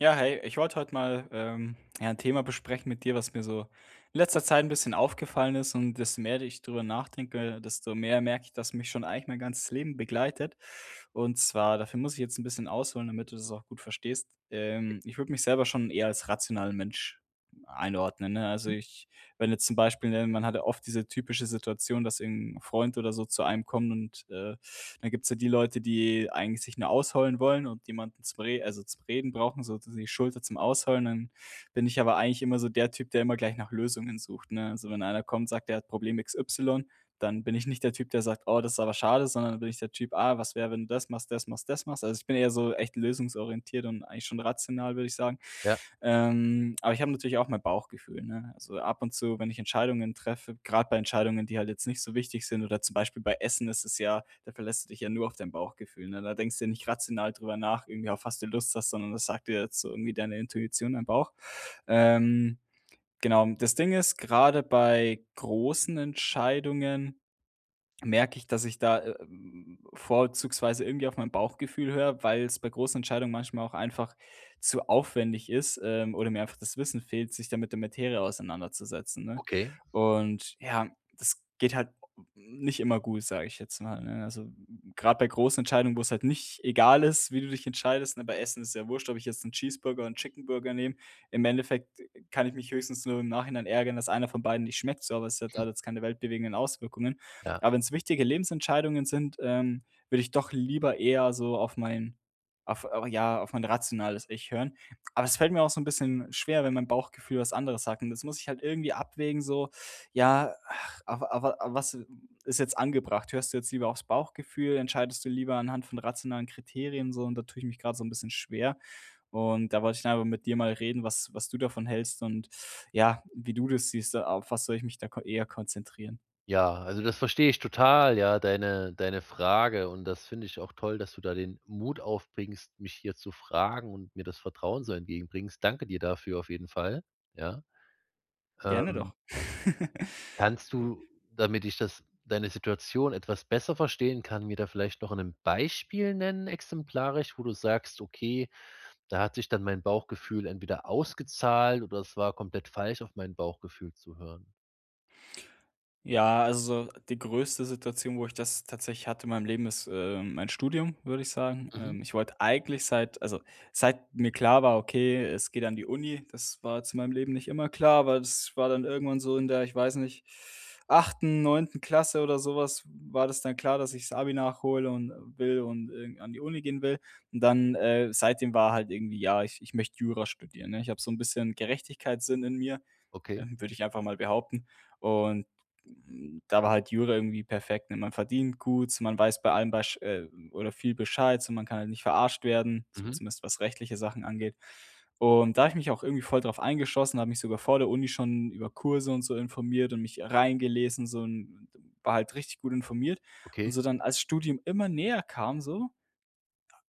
Ja, hey, ich wollte heute mal ja, ein Thema besprechen mit dir, was mir so in letzter Zeit ein bisschen aufgefallen ist. Und desto mehr ich drüber nachdenke, desto mehr merke ich, dass mich schon eigentlich mein ganzes Leben begleitet. Und zwar, dafür muss ich jetzt ein bisschen ausholen, damit du das auch gut verstehst. Ich würde mich selber schon eher als rationalen Mensch einordnen. Ne? Also Mhm. ich, wenn jetzt zum Beispiel, ne, man hat ja oft diese typische Situation, dass irgendein Freund oder so zu einem kommt und dann gibt's ja die Leute, die eigentlich sich nur ausheulen wollen und jemanden zum Re also zum Reden brauchen, so die Schulter zum Ausheulen. Dann bin ich aber eigentlich immer so der Typ, der immer gleich nach Lösungen sucht, ne? Also, wenn einer kommt, sagt, er hat Problem X Y, dann bin ich nicht der Typ, der sagt: „Oh, das ist aber schade“, sondern dann bin ich der Typ: „Ah, was wäre, wenn du das machst, das machst, das machst?“ Also, ich bin eher so echt lösungsorientiert und eigentlich schon rational, würde ich sagen. Ja, Aber ich habe natürlich auch mein Bauchgefühl, ne? Also, ab und zu, wenn ich Entscheidungen treffe, gerade bei Entscheidungen, die halt jetzt nicht so wichtig sind oder zum Beispiel bei Essen ist es ja, da verlässt du dich ja nur auf dein Bauchgefühl, ne? Da denkst du ja nicht rational drüber nach, irgendwie, auf was du Lust hast, sondern das sagt dir jetzt so irgendwie deine Intuition, dein Bauch. Ähm, genau, das Ding ist, gerade bei großen Entscheidungen merke ich, dass ich da, vorzugsweise irgendwie auf mein Bauchgefühl höre, weil es bei großen Entscheidungen manchmal auch einfach zu aufwendig ist, oder mir einfach das Wissen fehlt, sich da mit der Materie auseinanderzusetzen, ne? okay. Und ja, das geht halt nicht immer gut, sage ich jetzt mal, ne? Also, gerade bei großen Entscheidungen, wo es halt nicht egal ist, wie du dich entscheidest, ne? Bei Essen ist es ja wurscht, ob ich jetzt einen Cheeseburger oder einen Chicken Burger nehme. Im Endeffekt kann ich mich höchstens nur im Nachhinein ärgern, dass einer von beiden nicht schmeckt so, aber es hat Hm, alles keine weltbewegenden Auswirkungen. ja. Aber wenn es wichtige Lebensentscheidungen sind, würde ich doch lieber eher so auf mein auf au ja, auf mein rationales Ich hören. Aber es fällt mir auch so ein bisschen schwer, wenn mein Bauchgefühl was anderes sagt und das muss ich halt irgendwie abwägen so, ja, ach, aber was ist jetzt angebracht? Hörst du jetzt lieber aufs Bauchgefühl? Entscheidest du lieber anhand von rationalen Kriterien so? Und da tue ich mich gerade so ein bisschen schwer und da wollte ich einfach mit dir mal reden, was du davon hältst und ja, wie du das siehst, auf was soll ich mich da ko eher konzentrieren? Ja, also das verstehe ich total, ja, deine Frage und das finde ich auch toll, dass du da den Mut aufbringst, mich hier zu fragen und mir das Vertrauen so entgegenbringst. Danke dir dafür auf jeden Fall, ja. Gerne Ähm, doch. Kannst du, damit ich das deine Situation etwas besser verstehen kann, mir da vielleicht noch ein Beispiel nennen, exemplarisch, wo du sagst: „Okay, da hat sich dann mein Bauchgefühl entweder ausgezahlt oder es war komplett falsch, auf mein Bauchgefühl zu hören?“ Ja, also so die größte Situation, wo ich das tatsächlich hatte in meinem Leben, ist, mein Studium, würde ich sagen. Mhm. Ich wollte eigentlich seit, also, seit mir klar war, okay, es geht an die Uni, das war zu meinem Leben nicht immer klar, aber das war dann irgendwann so in der, ich weiß nicht, achten, neunten Klasse oder sowas, war das dann klar, dass ich das Abi nachhole und will und irgend an die Uni gehen will. Und dann, seitdem war halt irgendwie, ja, ich möchte Jura studieren, ne? Ich habe so ein bisschen Gerechtigkeitssinn in mir Okay. Würde ich einfach mal behaupten. Und hm, da war halt Jura irgendwie perfekt, ne? Man verdient gut, so, man weiß bei allem besch oder viel Bescheid, so man kann halt nicht verarscht werden, so Mhm. zumindest was rechtliche Sachen angeht. Und da habe ich mich auch irgendwie voll drauf eingeschossen, habe mich sogar vor der Uni schon über Kurse und so informiert und mich reingelesen, so 'n, war halt richtig gut informiert. Und Okay. so dann, als Studium immer näher kam, so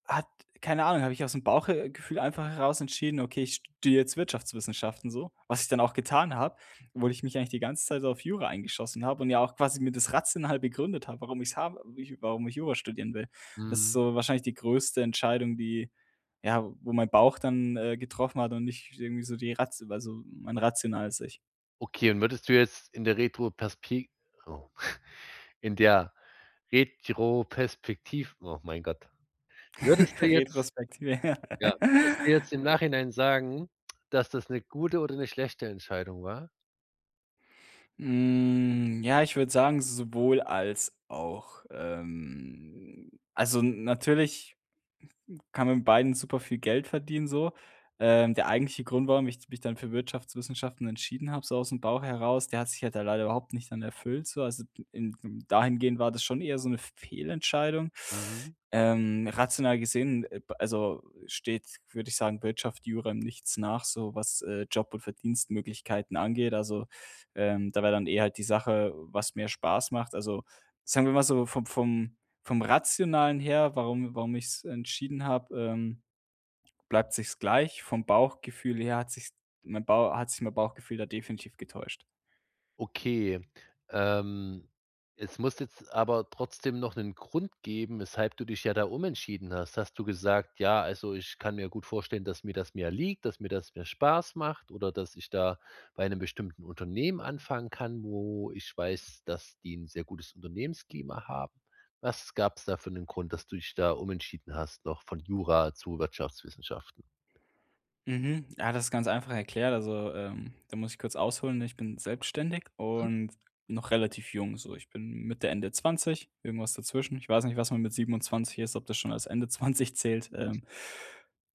hat, keine Ahnung, habe ich aus dem Bauchgefühl einfach heraus entschieden: „Okay, ich studiere jetzt Wirtschaftswissenschaften“, so, was ich dann auch getan habe, obwohl ich mich eigentlich die ganze Zeit so auf Jura eingeschossen habe und ja auch quasi mir das rational begründet habe, warum ich Jura studieren will. Das ist Mhm. so wahrscheinlich die größte Entscheidung, die, ja, wo mein Bauch dann, getroffen hat und nicht irgendwie so die Ratio, also mein rationales Ich. Okay, und würdest du jetzt in der Retroperspek oh, in der Retroperspektiv, oh mein Gott. Würdest du jetzt, Retrospektive, ja, würdest du jetzt im Nachhinein sagen, dass das 'ne gute oder 'ne schlechte Entscheidung war? Hm, ja, ich würde sagen, sowohl als auch. Also natürlich kann mit beiden super viel Geld verdienen so. Der eigentliche Grund, warum ich mich dann für Wirtschaftswissenschaften entschieden habe, so aus dem Bauch heraus, der hat sich halt da leider überhaupt nicht dann erfüllt so. Also, in, dahingehend war das schon eher so eine Fehlentscheidung. Mhm. Rational gesehen, also, steht, würde ich sagen, Wirtschaft Jura im Nichts nach, so was, Job und Verdienstmöglichkeiten angeht. Also, da wäre dann eher halt die Sache, was mehr Spaß macht. Also, sagen wir mal so vom Rationalen her, warum ich es entschieden habe, bleibt sich's gleich. Vom Bauchgefühl her hat sich mein Bau hat sich mein Bauchgefühl da definitiv getäuscht. Okay, ähm, es muss jetzt aber trotzdem noch 'nen Grund geben, weshalb du dich ja da umentschieden hast. Hast du gesagt: „Ja, also, ich kann mir gut vorstellen, dass mir das mehr liegt, dass mir das mehr Spaß macht oder dass ich da bei 'nem bestimmten Unternehmen anfangen kann, wo ich weiß, dass die 'n sehr gutes Unternehmensklima haben.“ Was gab's da für 'nen Grund, dass du dich da umentschieden hast, noch von Jura zu Wirtschaftswissenschaften? Mhm. Ja, das ist ganz einfach erklärt. Also, da muss ich kurz ausholen. Ich bin selbstständig und noch relativ jung. So, ich bin Mitte, Ende 20, irgendwas dazwischen. Ich weiß nicht, was man mit 27 ist, ob das schon als Ende 20 zählt.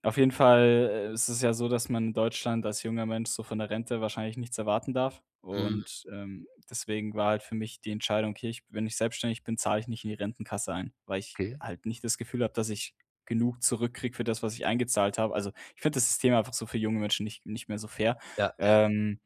Auf jeden Fall ist es ja so, dass man in Deutschland als junger Mensch so von der Rente wahrscheinlich nichts erwarten darf. Mhm, Und deswegen war halt für mich die Entscheidung, okay, ich, wenn ich selbstständig bin, zahle ich nicht in die Rentenkasse ein, weil ich okay. halt nicht das Gefühl habe, dass ich genug zurückkriege für das, was ich eingezahlt habe. Also, ich finde das System einfach so für junge Menschen nicht mehr so fair. Ja, Ähm,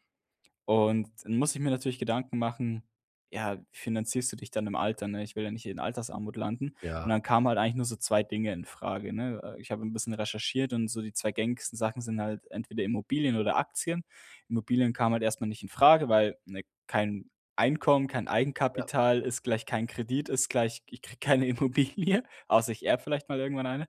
und dann muss ich mir natürlich Gedanken machen, ja, wie finanzierst du dich dann im Alter, ne? Ich will ja nicht in Altersarmut landen. Und ja, dann kamen halt eigentlich nur so 2 Dinge in Frage, ne? Ich habe ein bisschen recherchiert und so die 2 gängigsten Sachen sind halt entweder Immobilien oder Aktien. Immobilien kam halt erstmal nicht in Frage, weil, ne, kein Einkommen, kein ja. Eigenkapital ist gleich kein Kredit, ist gleich ich kriege keine Immobilie, außer ich erbe vielleicht mal irgendwann eine.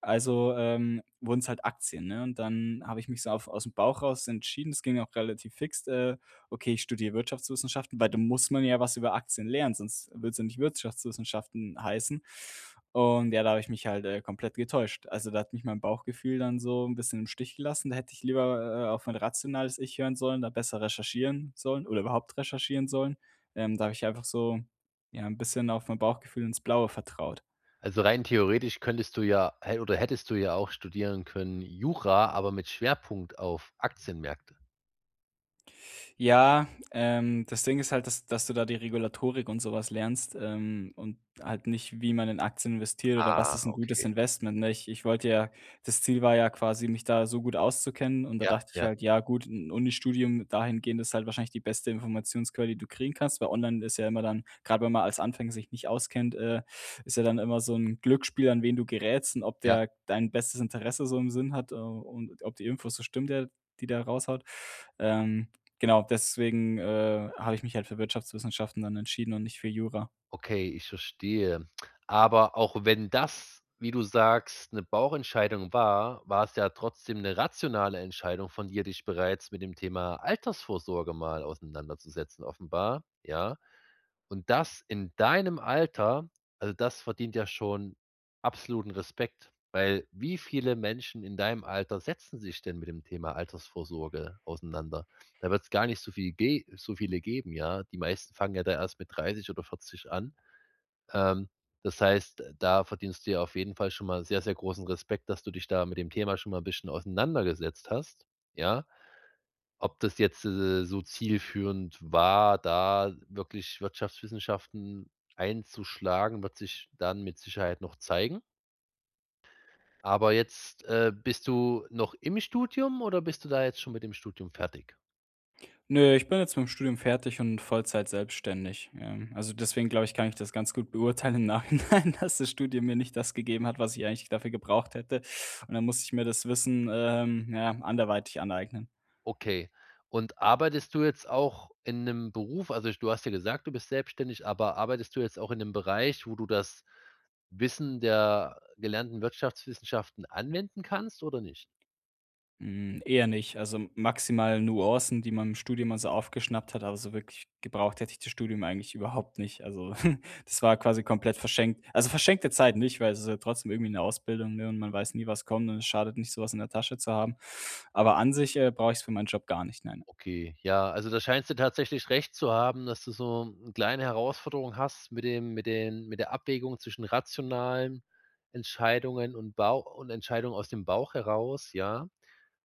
Also, wurden es halt Aktien, ne? Und dann habe ich mich so auf aus dem Bauch raus entschieden. Es ging auch relativ fix, okay, ich studiere Wirtschaftswissenschaften, weil da muss man ja was über Aktien lernen, sonst würd's ja nicht Wirtschaftswissenschaften heißen. Und ja, da habe ich mich halt, komplett getäuscht. Also, da hat mich mein Bauchgefühl dann so ein bisschen im Stich gelassen. Da hätte ich lieber, auf mein rationales Ich hören sollen, da besser recherchieren sollen oder überhaupt recherchieren sollen. Da habe ich einfach so, ja, ein bisschen auf mein Bauchgefühl ins Blaue vertraut. Also rein theoretisch könntest du ja hä oder hättest du ja auch studieren können Jura, aber mit Schwerpunkt auf Aktienmärkte. Ja, das Ding ist halt, dass du da die Regulatorik und sowas lernst, und halt nicht, wie man in Aktien investiert oder was Ah, ist ein gutes okay. Investment, ne? Ich wollte ja, das Ziel war ja quasi, mich da so gut auszukennen und da Ja, dachte ich ja, halt: „Ja gut, 'n Unistudium dahingehend ist halt wahrscheinlich die beste Informationsquelle, die du kriegen kannst“, weil online ist ja immer dann, gerade wenn man als Anfänger sich nicht auskennt, ist ja dann immer so ein Glücksspiel, an wen du gerätst und ob ja. der dein bestes Interesse so im Sinn hat, und ob die Infos so stimmt, der raushaut. Ähm, Genau, deswegen, habe ich mich halt für Wirtschaftswissenschaften dann entschieden und nicht für Jura. Okay, ich verstehe. Aber auch wenn das, wie du sagst, eine Bauchentscheidung war, war es ja trotzdem eine rationale Entscheidung von dir, dich bereits mit dem Thema Altersvorsorge mal auseinanderzusetzen, offenbar, ja? Und das in deinem Alter, also das verdient ja schon absoluten Respekt, weil wie viele Menschen in deinem Alter setzen sich denn mit dem Thema Altersvorsorge auseinander? Da wird es gar nicht so viel ge so viele geben, ja. Die meisten fangen ja da erst mit 30 oder 40 an. Ähm, Das heißt, da verdienst du ja auf jeden Fall schon mal sehr, sehr großen Respekt, dass du dich da mit dem Thema schon mal ein bisschen auseinandergesetzt hast, ja? Ob das jetzt, so zielführend war, da wirklich Wirtschaftswissenschaften einzuschlagen, wird sich dann mit Sicherheit noch zeigen. Aber jetzt, bist du noch im Studium oder bist du da jetzt schon mit dem Studium fertig? Nö, ich bin jetzt mit dem Studium fertig und Vollzeit selbstständig. Also, deswegen glaube ich, kann ich das ganz gut beurteilen im Nachhinein, dass das Studium mir nicht das gegeben hat, was ich eigentlich dafür gebraucht hätte. Und dann musste ich mir das Wissen, ja, anderweitig aneignen. Okay. Und arbeitest du jetzt auch in einem Beruf, also, du hast ja gesagt, du bist selbstständig, aber arbeitest du jetzt auch in 'nem Bereich, wo du das Wissen der gelernten Wirtschaftswissenschaften anwenden kannst oder nicht? Hm, eher nicht. Also, maximal Nuancen, die man im Studium mal so aufgeschnappt hat, aber so wirklich gebraucht hätte ich das Studium eigentlich überhaupt nicht. Also, das war quasi komplett verschenkt. Also, verschenkte Zeit nicht, weil es ist ja trotzdem irgendwie eine Ausbildung, ne, und man weiß nie, was kommt und es schadet nicht, sowas in der Tasche zu haben. Aber an sich, brauche ich es für meinen Job gar nicht, nein. Okay, ja, also da scheinst du tatsächlich recht zu haben, dass du so 'n kleine Herausforderung hast mit dem mit den mit der Abwägung zwischen rationalen Entscheidungen und Bau und Entscheidungen aus dem Bauch heraus, ja.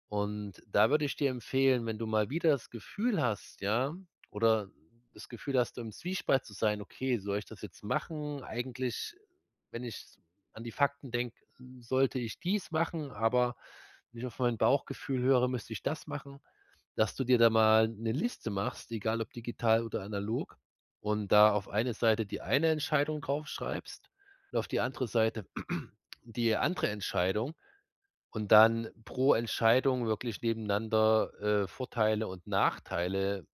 Und da würde ich dir empfehlen, wenn du mal wieder das Gefühl hast, ja, oder das Gefühl hast, im Zwiespalt zu sein: „Okay, soll ich das jetzt machen? Eigentlich, wenn ich an die Fakten denke, sollte ich dies machen, aber wenn ich auf mein Bauchgefühl höre, müsste ich das machen.“, dass du dir da mal 'ne Liste machst, egal ob digital oder analog, und da auf eine Seite die eine Entscheidung draufschreibst und auf die andere Seite die andere Entscheidung und dann pro Entscheidung wirklich nebeneinander, Vorteile und Nachteile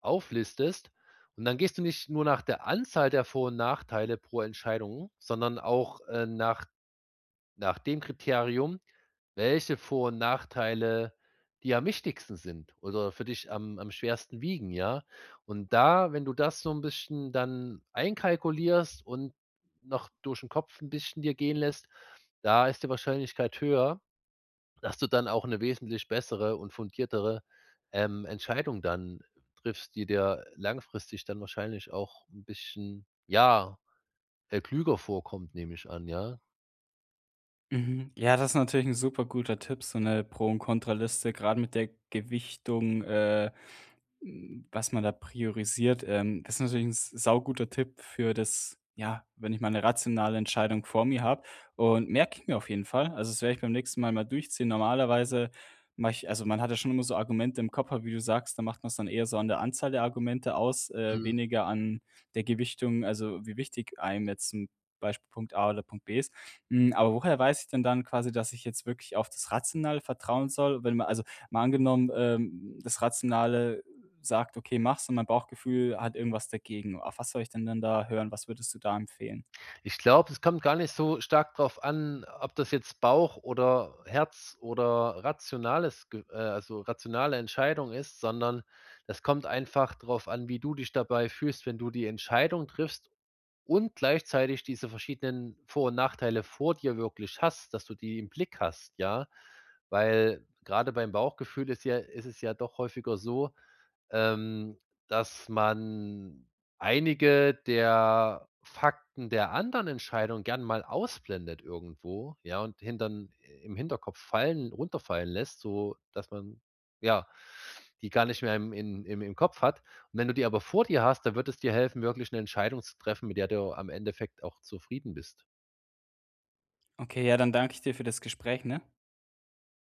auflistest. Und dann gehst du nicht nur nach der Anzahl der Vor und Nachteile pro Entscheidung, sondern auch, nach dem Kriterium, welche Vor und Nachteile dir am wichtigsten sind oder für dich am schwersten wiegen, ja? Und da, wenn du das so ein bisschen dann einkalkulierst und noch durch den Kopf ein bisschen dir gehen lässt, da ist die Wahrscheinlichkeit höher, dass du dann auch eine wesentlich bessere und fundiertere, Entscheidung dann triffst, die dir langfristig dann wahrscheinlich auch ein bisschen, ja, klüger vorkommt, nehme ich an, ja? Mhm. Ja, das ist natürlich ein super guter Tipp, so eine Pro und Kontraliste, gerade mit der Gewichtung, Hm, was man da priorisiert, das ist natürlich ein s sauguter Tipp für das, ja, wenn ich mal eine rationale Entscheidung vor mir habe und merke ich mir auf jeden Fall. Also, das werde ich beim nächsten Mal mal durchziehen. Normalerweise mache ich, also, man hat ja schon immer so Argumente im Kopf, aber wie du sagst, da macht man es dann eher so an der Anzahl der Argumente aus, weniger an der Gewichtung, also, wie wichtig einem jetzt zum Beispiel Punkt A oder Punkt B ist. Hm, aber woher weiß ich denn dann quasi, dass ich jetzt wirklich auf das Rationale vertrauen soll? Wenn man, also, mal angenommen, das Rationale sagt: „Okay, mach's“, und mein Bauchgefühl hat irgendwas dagegen. Auf was soll ich denn dann da hören? Was würdest du da empfehlen? Ich glaube, es kommt gar nicht so stark drauf an, ob das jetzt Bauch oder Herz oder rationales Ge also, rationale Entscheidung ist, sondern das kommt einfach drauf an, wie du dich dabei fühlst, wenn du die Entscheidung triffst und gleichzeitig diese verschiedenen Vor und Nachteile vor dir wirklich hast, dass du die im Blick hast, ja? Weil gerade beim Bauchgefühl ist es ja doch häufiger so, ähm, dass man einige der Fakten der anderen Entscheidung gern mal ausblendet irgendwo, ja, und hintern im Hinterkopf fallen runterfallen lässt, so dass man, ja, die gar nicht mehr im in im Kopf hat. Und wenn du die aber vor dir hast, dann wird es dir helfen, wirklich eine Entscheidung zu treffen, mit der du am Endeffekt auch zufrieden bist. Okay, ja, dann danke ich dir für das Gespräch, ne?